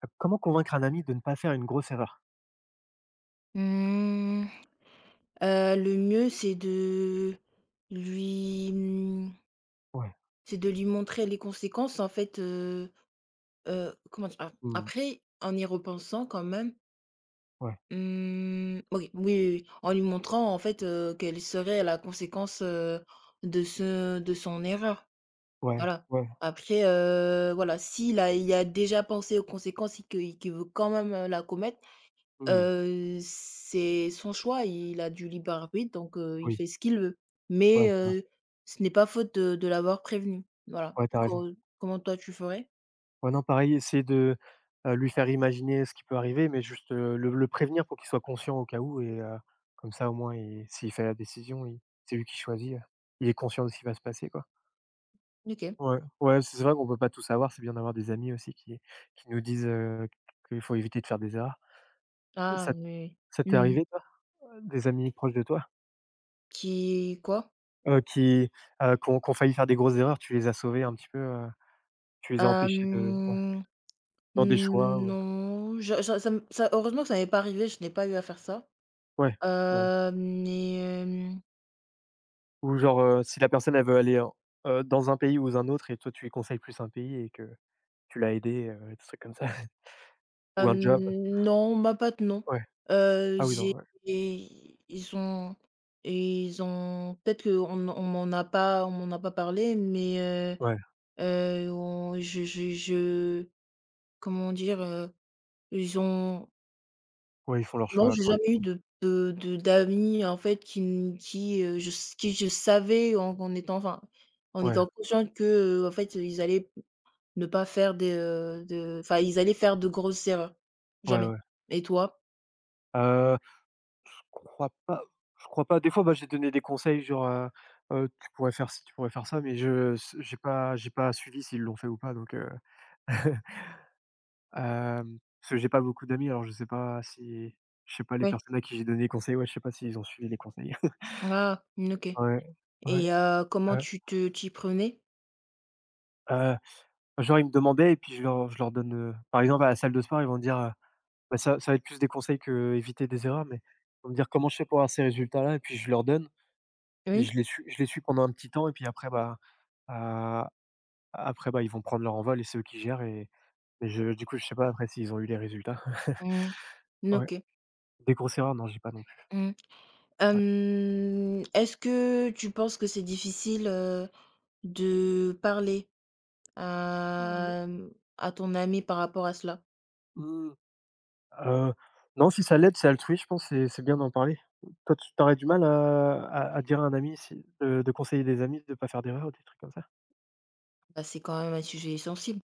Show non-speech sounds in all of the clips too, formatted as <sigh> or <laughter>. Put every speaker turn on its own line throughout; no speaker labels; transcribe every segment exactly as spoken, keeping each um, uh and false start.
Heu, comment convaincre un ami de ne pas faire une grosse erreur?
Mmh, heu, le mieux, c'est de lui, mmh,
Ouais,
c'est de lui montrer les conséquences, en fait, heu heu, comment dire? A
mmh,
Après, en y repensant quand même,
ouais,
mmh, oui, oui, oui, oui, en lui montrant, en fait, heu, quelle serait la conséquence, heu, de ce de son erreur,
ouais,
voilà.
ouais,
Après, heu, voilà, s'il a il a déjà pensé aux conséquences et qu'il qu'il veut quand même, heu, la commettre.
mmh,
Heu, c'est son choix, il a du libre arbitre donc heu, il
oui,
fait ce qu'il veut.
ouais,
Mais
c'est vrai.
heu, ce n'est pas faute de de l'avoir prévenu, voilà.
Ouais, tu as raison.
Co Comment toi tu ferais?
Ouais, non, pareil, essayer de, heu, lui faire imaginer ce qui peut arriver, mais juste, heu, le le prévenir pour qu'il soit conscient au cas où et heu, comme ça, au moins, il s'il fait la décision, il c'est lui qui choisit, heu, il est conscient de ce qui va se passer, quoi.
OK.
Ouais, ouais, c'est vrai qu'on peut pas tout savoir, c'est bien d'avoir des amis aussi qui qui nous disent, heu, qu'il faut éviter de faire des erreurs.
Ah
Ça
mais
ça t'est
mmh.
arrivé, toi? Des amis proches de toi?
Qui quoi?
Heu, qui, heu, qui ont qui ont failli faire des grosses erreurs, tu les as sauvés un petit peu, heu, tu les as
Hem,
empêchés de, ouais, dans des choix ou,
non, je ça ça me ça heureusement que ça m'est pas arrivé, je n'ai pas eu à faire ça.
ouais, ouais.
Heu, mais
Ou genre, heu, si la personne elle veut aller en heu, dans un pays ou un autre et toi tu lui conseilles plus un pays et que tu l'as aidée, heu, des trucs comme ça. <laughs> Ou
hem,
un job,
non, ma boîte, non.
ouais.
Heu,
Ah oui, non,
j'ai
ouais.
ils ont ils ont peut-être qu'on on m'en a pas on m'en a pas parlé, mais heu
Ouais,
heu, on je je je comment dire? Heu, ils ont
ouais, ils font leurs
Non,
choix
j'ai jamais eu
correctement.
de de de d'amis, en fait, qui n qui, heu, je s qui je savais en en étant enfin, en
Ouais,
étant consciente que, heu, en fait, ils allaient ne pas faire des, heu, de enfin, ils allaient faire de grosses erreurs.
ouais,
Jamais.
ouais.
Et toi?
Heu, je crois pas je crois pas. Des fois, bah, j'ai donné des conseils genre, heu heu: «Tu pourrais faire ci, tu pourrais faire ça», mais je s j'ai pas j'ai pas suivi s'ils l'ont fait ou pas, donc heu <laughs> Hem, parce que j'ai pas beaucoup d'amis, alors je sais pas si je sais pas les
Oui.
personnes à qui j'ai donné conseil, ouais, je sais pas s'ils ont suivi les conseils. <laughs>
Ah, mmh, OK,
Ouais,
et
ouais,
heu, comment
heu,
tu te t'y prenais?
heu, genre ils me demandaient et puis je leur je leur donne, heu, par exemple à la salle de sport, ils vont me dire, heu, bah, ça ça va être plus des conseils que éviter des erreurs, mais ils vont me dire: «Comment je fais pour avoir ces résultats-là?» et puis je leur donne et je
Oui?
les suis je les suis pendant un petit temps et puis après, bah, heu, après, bah, ils vont prendre leur envol et c'est eux qui gèrent, et et je du coup, je sais pas après s'ils ont eu les résultats.
Mmh.
Ouais,
OK.
des grosses erreurs, non, j'ai pas non plus,
Mmh.
ouais.
Hem, est-ce que tu penses que c'est difficile, heu, de parler à, mmh, à ton ami par rapport à cela?
Mmh. Heu, non, si ça l'aide, c'est altruiste, je pense, c'est c'est bien d'en parler. Toi, tu tu du mal à à à dire à un ami si de de conseiller des amis de ne pas faire d'erreur ou des trucs comme ça?
Bah, c'est quand même un sujet sensible.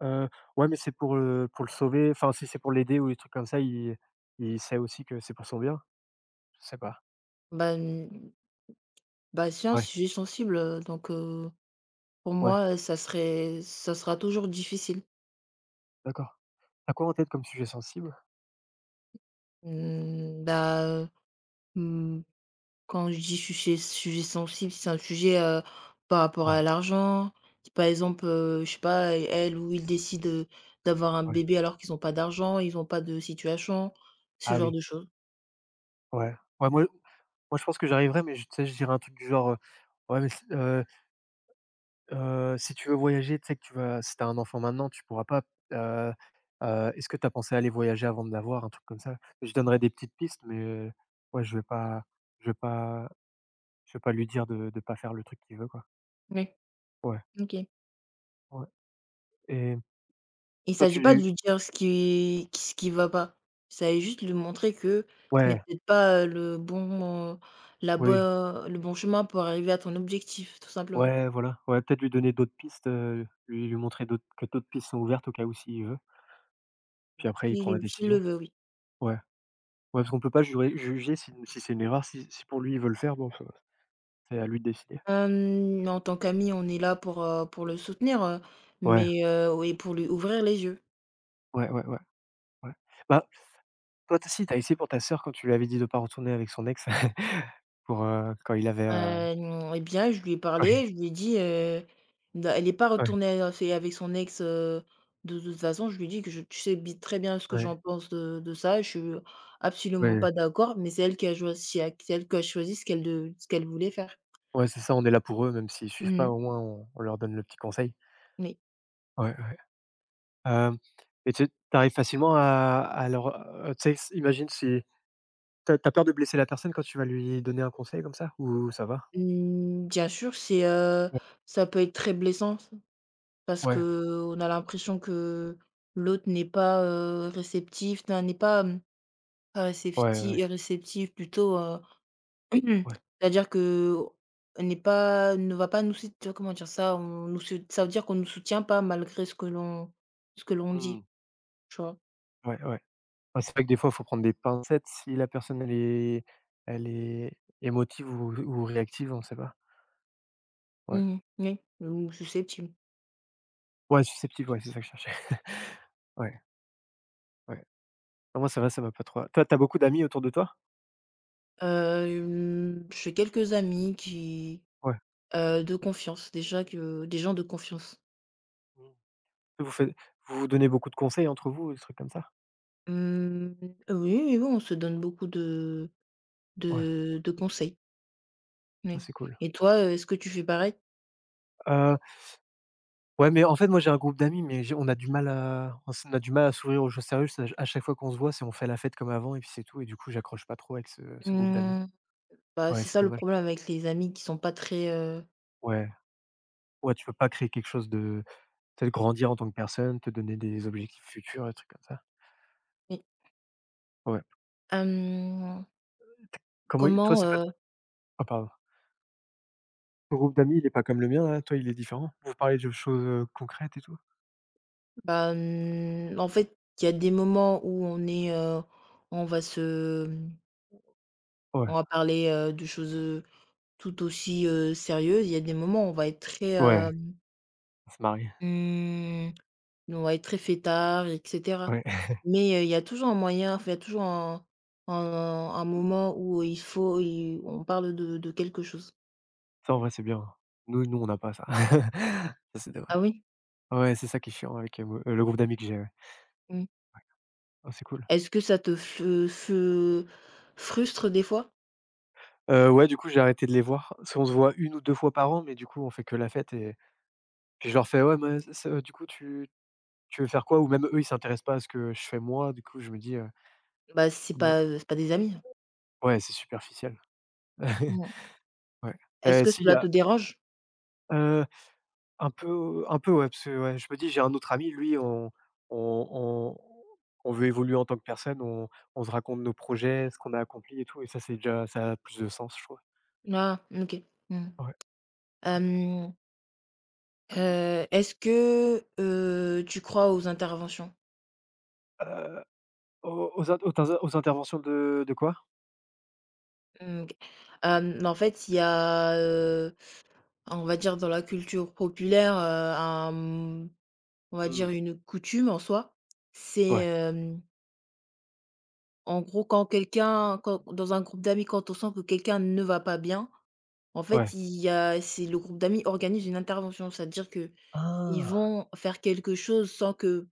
Heu, ouais, mais c'est pour, heu, pour le sauver, enfin, si c'est pour l'aider ou des trucs comme ça, il il sait aussi que c'est pour son bien? Je sais pas.
Bah, mmh, bah, c'est un
Ouais,
sujet sensible, heu, donc heu, pour
ouais,
moi, heu, ça serait ça sera toujours difficile.
d'accord. À quoi en tête comme sujet sensible?
Mmh, bah, mmh Quand je dis sujet sujet sensible, si c'est un sujet, heu, par rapport
Ouais,
à l'argent. Si par exemple, heu, je sais pas, e elle ou il décide, heu, d'avoir un
ouais.
bébé alors qu'ils ont pas d'argent, ils ont pas de situation, ce
Ah
genre
oui,
de choses.
ouais. Ouais, moi moi, je pense que j'arriverais, mais je tu sais, je dirais un truc du genre, heu: «Ouais, mais c heu». Heu, si tu veux voyager, tu sais que tu vas si tu as un enfant maintenant, tu pourras pas, heu heu, est-ce que tu as pensé à aller voyager avant de l'avoir? Un truc comme ça. Je donnerai des petites pistes, mais heu, ouais, je vais pas je vais pas je vais pas lui dire de de pas faire le truc qu'il veut, quoi.
Oui,
Ouais,
OK.
ouais et
Il
toi,
s'agit pas de
tu,
lui dire ce qui q ce qui va pas. Ça s'agit juste de lui montrer que ce n'est
ouais,
peut-être pas, heu, le bon, heu, la
oui,
bon le bon chemin pour arriver à ton objectif, tout simplement.
ouais, voilà, ouais, peut-être lui donner d'autres pistes, heu, lui lui montrer d'autres que d'autres pistes sont ouvertes au cas où s'il veut, puis après il prend la
S'il s'il le
décision.
veut, oui.
Ouais, ouais, parce qu'on peut pas jurer juger si si c'est une erreur, si si pour lui il veut le faire, bon, ça- c'est à lui de décider.
Hem, en tant qu'ami, on est là pour, heu, pour le soutenir, heu,
Ouais,
mais heu, oui, pour lui ouvrir les yeux.
ouais, ouais, ouais. Ouais. Bah, toi tu as si, tu essayé pour ta sœur quand tu lui avais dit de pas retourner avec son ex <laughs> pour, heu, quand il avait, heu
Hem Et bien, je lui ai
oui,
parlé, je lui ai dit, heu, d'a elle est pas
ouais,
retournée a fait avec son ex, heu, de toute façon. Je lui ai dit que je tu sais bi très bien ce que
ouais,
j'en pense de de ça. Je suis
ouais,
absolument
ouais.
pas d'accord, mais c'est elle qui a choisi, c'est elle qui a choisi ce qu'elle de ce qu'elle voulait faire.
Ouais, c'est ça, on est là pour eux, même s'ils suivent pas,
Mmh.
au moins on on leur donne le petit conseil.
Oui.
Ouais, ouais. Hem, et tu arrives facilement à à leur, heu, tu sais, imagine si t'as as peur de blesser la personne quand tu vas lui donner un conseil comme ça? Ou ça va?
Mmh, bien sûr, c'est, heu,
Ouais.
ça peut être très blessant. Parce
Ouais,
que on a l'impression que l'autre n'est pas, heu, réceptif, enfin n'est pas, hem, pas
ouais,
récepti
ouais,
réceptif plutôt, heu, <clears throat>
ouais.
c'est-à-dire que on n'est pas ne va pas nous sout comment dire ça? On nous sout ça veut dire qu'on ne nous soutient pas malgré ce que l'on ce que l'on dit,
Mmh.
tu vois?
Ouais, ouais. Ouais, c'est vrai que des fois, il faut prendre des pincettes si la personne elle est elle est émotive ou ou réactive, on sait pas. Ouais.
Mmh. Oui, ou susceptible.
Ouais, susceptible, ouais, c'est ça que je cherchais. <laughs> Ouais, ouais. Non, moi, c'est vrai, ça m'a pas trop. Toi, t'as beaucoup d'amis autour de toi?
Hem, j'ai quelques amis qui,
Ouais.
heu, de confiance, déjà que des gens de confiance.
Mmh. Vous faites Vous vous donnez beaucoup de conseils entre vous, des trucs comme ça?
Mmh, oui, oui, oui, on se donne beaucoup de
Ouais,
De de conseils,
ça,
oui.
c'est cool.
Et toi, heu, est-ce que tu fais pareil?
Heu, ouais, mais en fait, moi, j'ai un groupe d'amis, mais j'ai on a du mal à on s on a du mal à sourire aux choses sérieuses. C'est à chaque fois qu'on se voit, c'est on fait la fête comme avant et puis c'est tout, et du coup, j'accroche pas trop avec ce ce groupe d'amis.
Mmh, bah,
Ouais,
c'est
c'est
ça le
dommage.
problème avec les amis qui sont pas très, heu,
Ouais. Ouais, tu peux pas créer quelque chose de Peut-être grandir en tant que personne, te donner des objectifs futurs, des trucs comme ça.
oui,
Ouais.
hem,
Comment i Toi,
comment,
c'est pas,
heu,
ah pardon. Ton groupe d'amis, il est pas comme le mien là, toi, il est différent? Vous parlez de choses, heu, concrètes et tout?
bah, mmh, en fait, il y a des moments où on est, heu, on va se, mmh,
Ouais,
on va parler, heu, de choses, heu, tout aussi, heu, sérieuses. Il y a des moments où on va être très,
ouais,
hem,
on se marie.
mmh ouais, très fêtard et cetera.
Ouais.
Mais, heu, il y a toujours un moyen, enfin, il y a toujours un un un
<laughs>
moment où il faut il on parle de de quelque chose.
Ça, en vrai, c'est bien. Nous nous, on n'a pas ça. <laughs> Ça, c'est
Ah
dommage.
oui?
Ouais, c'est ça qui est chiant avec, heu, mo euh, le groupe d'amis que j'ai, ouais.
Mmh.
Ah, c'est cool.
Est-ce que ça te fe fe frustre des fois?
Heu, ouais, du coup, j'ai arrêté de les voir. Parce qu'on se voit une ou deux fois par an, mais du coup, on fait que la fête et puis je leur fais: «Ouais, mais c c du coup, tu tu veux faire quoi?» ou même eux, ils s'intéressent pas à ce que je fais moi, du coup, je me dis.
Bah, c'est pas, c'est pas des amis.
Ouais, c'est superficiel.
Non.
<laughs> Ouais.
Est-ce
Heu,
que
si il y
cela te
a,
dérange?
heu, un peu un peu, ouais, parce que, ouais, je me dis j'ai un autre ami, lui, on on on on veut évoluer en tant que personne, on on se raconte nos projets, ce qu'on a accompli et tout, et ça, c'est déjà ça a plus de sens, je trouve.
Ah, OK. Mmh mh.
Ouais, ouais.
Hem,
Hem,
Est-ce que, heu, tu crois aux interventions?
heu, aux aux in aux in aux interventions de de quoi?
Mmh, OK. Hem, en fait, il y a, on va dire dans la culture populaire, heu, un, mmh, on va
Mmh.
dire une coutume en soi, c'est,
Ouais,
hem, en gros quand quelqu'un, quand dans un groupe d'amis, quand on sent que quelqu'un ne va pas bien, en fait,
ouais.
il y a c'est le groupe d'amis organise une intervention. C'est-à-dire que ils
Ah!
vont faire quelque chose sans que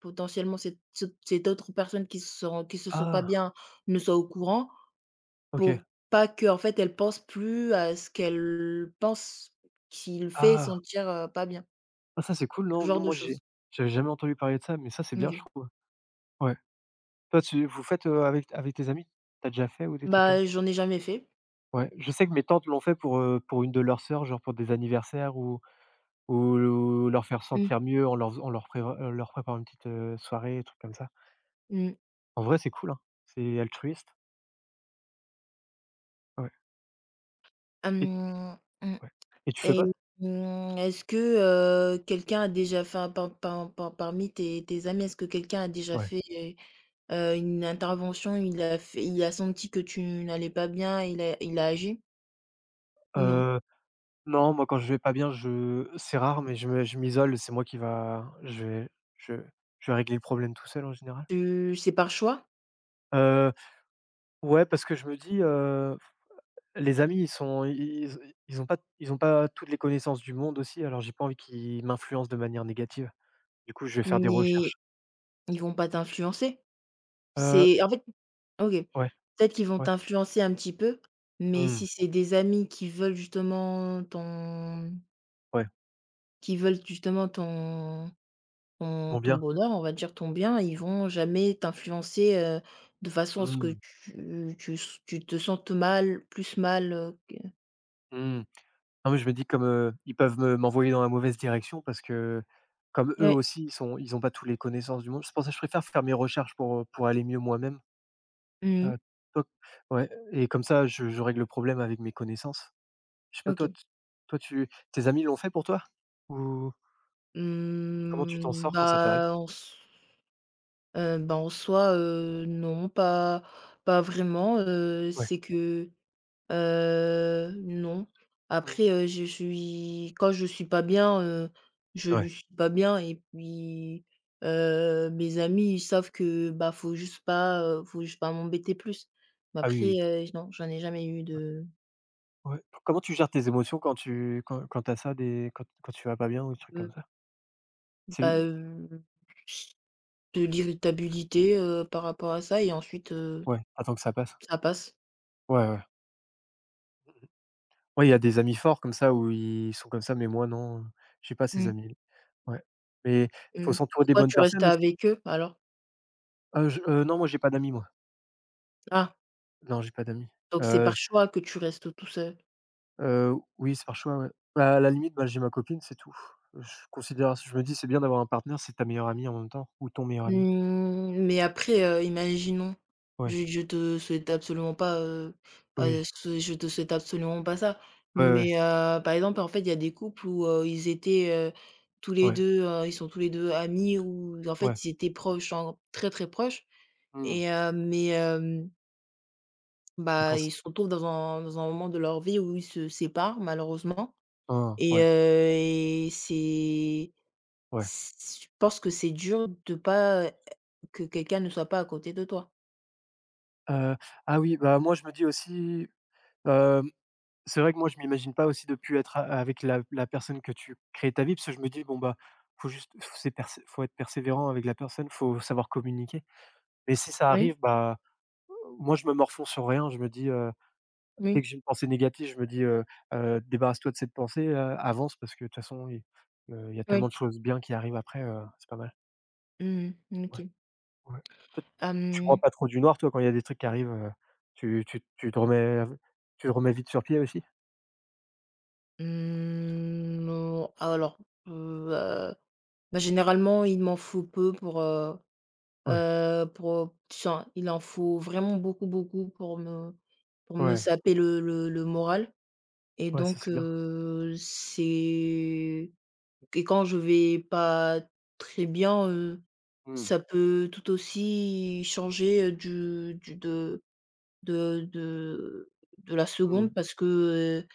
potentiellement cette cette cette autre personne qui se sent qui se sent pas
Ah!
bien ne soit au courant
OK.
pour pas que en fait elle pense plus à ce qu'elle pense, qu'il fait
Ah!
sentir, heu, pas bien.
Ah, ça, c'est cool,
Ce
non?
genre
Non,
de
moi,
choses.
j'ai j'avais jamais entendu parler de ça, mais ça, c'est bien, je
OK.
trouve. Ouais. Toi, tu vous faites, heu, avec avec tes amis? T'as déjà fait ou des trucs comme
Bah,
ça?
j'en ai jamais fait.
Ouais, je sais que mes tantes l'ont fait pour, heu, pour une de leurs sœurs, genre pour des anniversaires ou ou leur faire
Mmh.
sentir mieux en leur fais en leur pré en leur préparant une petite, heu, soirée, des trucs comme ça.
Mmh.
En vrai, c'est cool, hein, c'est altruiste. Ouais, et t
Hem, mmh
ouais, et tu fais
et
pas?
mmh, Est-ce que, heu, quelqu'un a déjà fait un par par par parmi tes tes amis, est-ce que quelqu'un a déjà
Ouais.
fait, heu, une intervention, il a fait il a senti que tu n'allais pas bien, il a il a agi ou non?
Heu, non, moi, quand je vais pas bien, je c'est rare, mais je me je m'isole, c'est moi qui va je vais je je vais régler le problème tout seul en général.
Tu, c'est par choix,
Heu, ouais, parce que je me dis, heu les amis, ils sont ils ils ils ont pas ils ont pas toutes les connaissances du monde aussi, alors j'ai pas envie qu'ils m'influencent de manière négative. Du coup, je vais faire des
mais
recherches.
ils vont pas t'influencer.
Heu,
C'est en fait OK.
ouais,
Peut-être qu'ils vont
ouais.
t'influencer un petit peu, mais
Mmh,
si c'est des amis qui veulent justement ton
ouais,
qui veulent justement ton ton
bon
ton
bien.
bonheur, on va dire ton bien, ils vont jamais t'influencer, heu, de façon à ce que
Mmh,
tu tu s tu te sentes mal, plus mal, heu, que
mmh. Non, mais je me dis comme, heu, ils peuvent me m'envoyer dans la mauvaise direction parce que comme eux
ouais,
aussi, ils sont ils ont pas toutes les connaissances du monde. C'est pour ça que je préfère faire mes recherches pour, heu, pour aller mieux moi-même.
mmh,
Heu, toi ouais, et comme ça, je je règle le problème avec mes connaissances. Je sais pas toi,
OK.
t toi tu tes amis l'ont fait pour toi? Ou comment tu t'en
Mmh,
sors quand ça t'arrive?
bah, en s heu, bah, en soi, heu, non, pas pas vraiment, heu,
Ouais.
c'est que heu, non.
Mmh.
Après, heu, je suis quand je suis pas bien, heu, je lui
Ouais.
suis pas bien et puis, heu, mes amis, ils savent que, bah, faut juste pas, heu, faut juste pas m'embêter plus. Mais
Ah oui,
après,
oui.
heu, non, j'en ai jamais eu de,
Ouais. Comment tu gères tes émotions quand tu quand quand t'as ça des quand quand tu vas pas bien ou des trucs comme
heu,
ça?
bah,
C'est
heu, de l'irritabilité, heu, par rapport à ça et ensuite, heu,
ouais, attends que ça passe?
ça passe.
Ouais, ouais. Ouais, il y a des amis forts comme ça où ils sont comme ça, mais moi non, j'ai pas ces
Mmh.
amis. Ouais. Mais il faut
Mmh.
s'entourer des
Pourquoi
bonnes
tu restes
personnes aussi.
avec eux alors?
Heu, je heu, Non, moi j'ai pas d'amis, moi.
Ah,
Non, j'ai pas d'amis.
donc c'est
Heu,
par
j
choix que tu restes tout seul.
heu, Oui, c'est par choix, ouais. Bah, à la limite, bah, j'ai ma copine, c'est tout. Je considère je me dis: «C'est bien d'avoir un partenaire, c'est ta meilleure amie en même temps ou ton meilleur ami».
Mmh, mais après, heu, imaginons,
Ouais.
je je te souhaite absolument pas, heu heu,
Oui.
ce je te souhaite absolument pas ça.
Ouais, ouais.
Mais, heu, par exemple, en fait, il y a des couples où, heu, ils étaient, heu, tous les
Ouais,
deux heu, ils sont tous les deux amis ou en
ouais,
fait, ils étaient proches, genre très, très proches
mmh.
et heu, mais, hem,
et quand
bah,
c
ils se retrouvent dans un dans un moment de leur vie où ils se séparent malheureusement
ah,
et
ouais,
heu et c'est
ouais.
c je pense que c'est dur de pas que quelqu'un ne soit pas à côté de toi.
Heu, ah oui, bah, moi, je me dis aussi, hem, c'est vrai que moi, je m'imagine pas aussi de plus être a avec la la personne que tu crées ta vie parce que je me dis: «Bon, bah, faut juste f c'est persé faut être persévérant avec la personne, faut savoir communiquer», mais si ça arrive,
Oui,
bah, moi, je me morfonds sur rien. Je me dis, heu, dès
oui,
que j'ai une pensée négative, je me dis, heu: «Heu, débarrasse-toi de cette pensée, heu, avance parce que de toute façon, il, heu, il y a tellement
oui.
de choses bien qui arrivent après, heu, c'est pas mal».
Mmh,
Ouais.
OK.
Ouais. Toi, tu broies
Hem,
pas trop du noir, toi, quand il y a des trucs qui arrivent, heu, tu tu tu te remets av tu te remets vite sur pied aussi?
mmh, non, alors, heu, bah, généralement, il m'en faut peu pour, heu,
Ouais,
heu, pour, heu, enfin, il en faut vraiment beaucoup, beaucoup pour me pour me
ouais,
saper le le le moral et
ouais, ça,
donc
c'est bien.
heu, c'est et quand je vais pas très bien, heu,
Mmh,
ça peut tout aussi changer, heu, du du de de de de la
mmh,
seconde parce que, heu,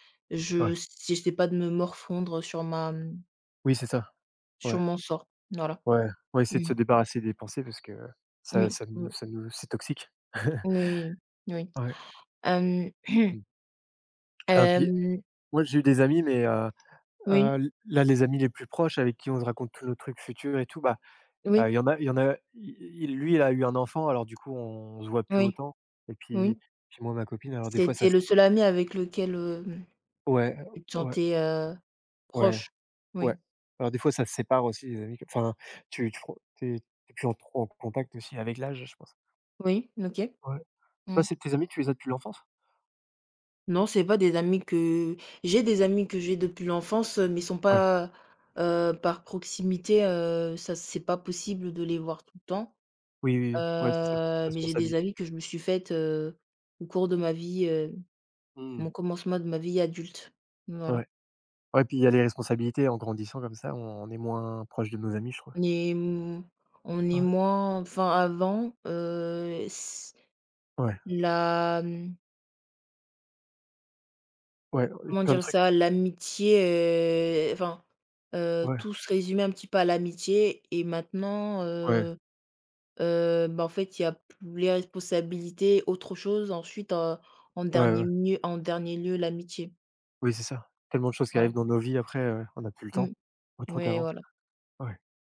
ouais.
je si j'essaie pas de me morfondre sur ma, mmh,
Oui, c'est ça.
sur
Ouais,
mon sort. Voilà.
ouais, ouais, essayer de
Mmh.
se débarrasser des pensées parce que ça
Oui,
ça
oui,
nous ça nous c'est toxique. <laughs>
oui, oui.
Ouais,
Hem, hem,
mmh. Ah, puis
<clears throat>
moi, j'ai eu des amis, mais heu heu,
oui,
l là, les amis les plus proches avec qui on se raconte tous nos trucs futurs et tout, bah, heu,
oui,
il y en a il y en a i il lui, il a eu un enfant, alors du coup, on se voit plus
oui,
autant et
oui.
puis puis moi, ma copine, alors des fois, ça.
C'était le seul ami avec lequel, hem,
Ouais,
tu te
ouais,
sentais, heu,
ouais,
proche.
ouais.
Oui,
Alors des fois, ça se sépare aussi les amis, enfin tu tu pro tu es plus en trop en contact aussi avec l'âge, je pense.
oui, OK.
Ouais. Toi,
Mmh.
c'est tes amis, tu les as depuis l'enfance?
Non, c'est pas des amis que j'ai des amis que j'ai depuis l'enfance, mais ils sont
Ouais.
pas, heu, par proximité, heu, ça c'est pas possible de les voir tout le temps.
Oui, oui, oui. Ouais, c'est ça,
Heu, mais j'ai
responsabilité.
des amis que je me suis faites heu, au cours de ma vie, heu,
Mmh.
mon commencement de ma vie adulte. Voilà.
Ouais. Ouais, puis il y a les responsabilités en grandissant comme ça, on on est moins proche de nos amis, je trouve.
On est m on est
Ouais,
moins, enfin avant, heu, s
ouais,
la, mmh,
ouais, heu,
comment
plein de
dire
trucs.
ça? L'amitié, heu, enfin, heu,
Ouais,
tout se résumait un petit peu à l'amitié et maintenant,
ouais,
euh, Heu, bah, en fait, il y a pou les responsabilités, autre chose, ensuite, heu, en
ouais,
dernier
ouais.
mieux en dernier lieu, l'amitié.
Oui, c'est ça. Tellement de choses qui arrivent
Voilà.
dans nos vies après, heu, on n'a plus le temps,
Mmh.
autant
Ouais,
qu'avant.
voilà.
Ouais.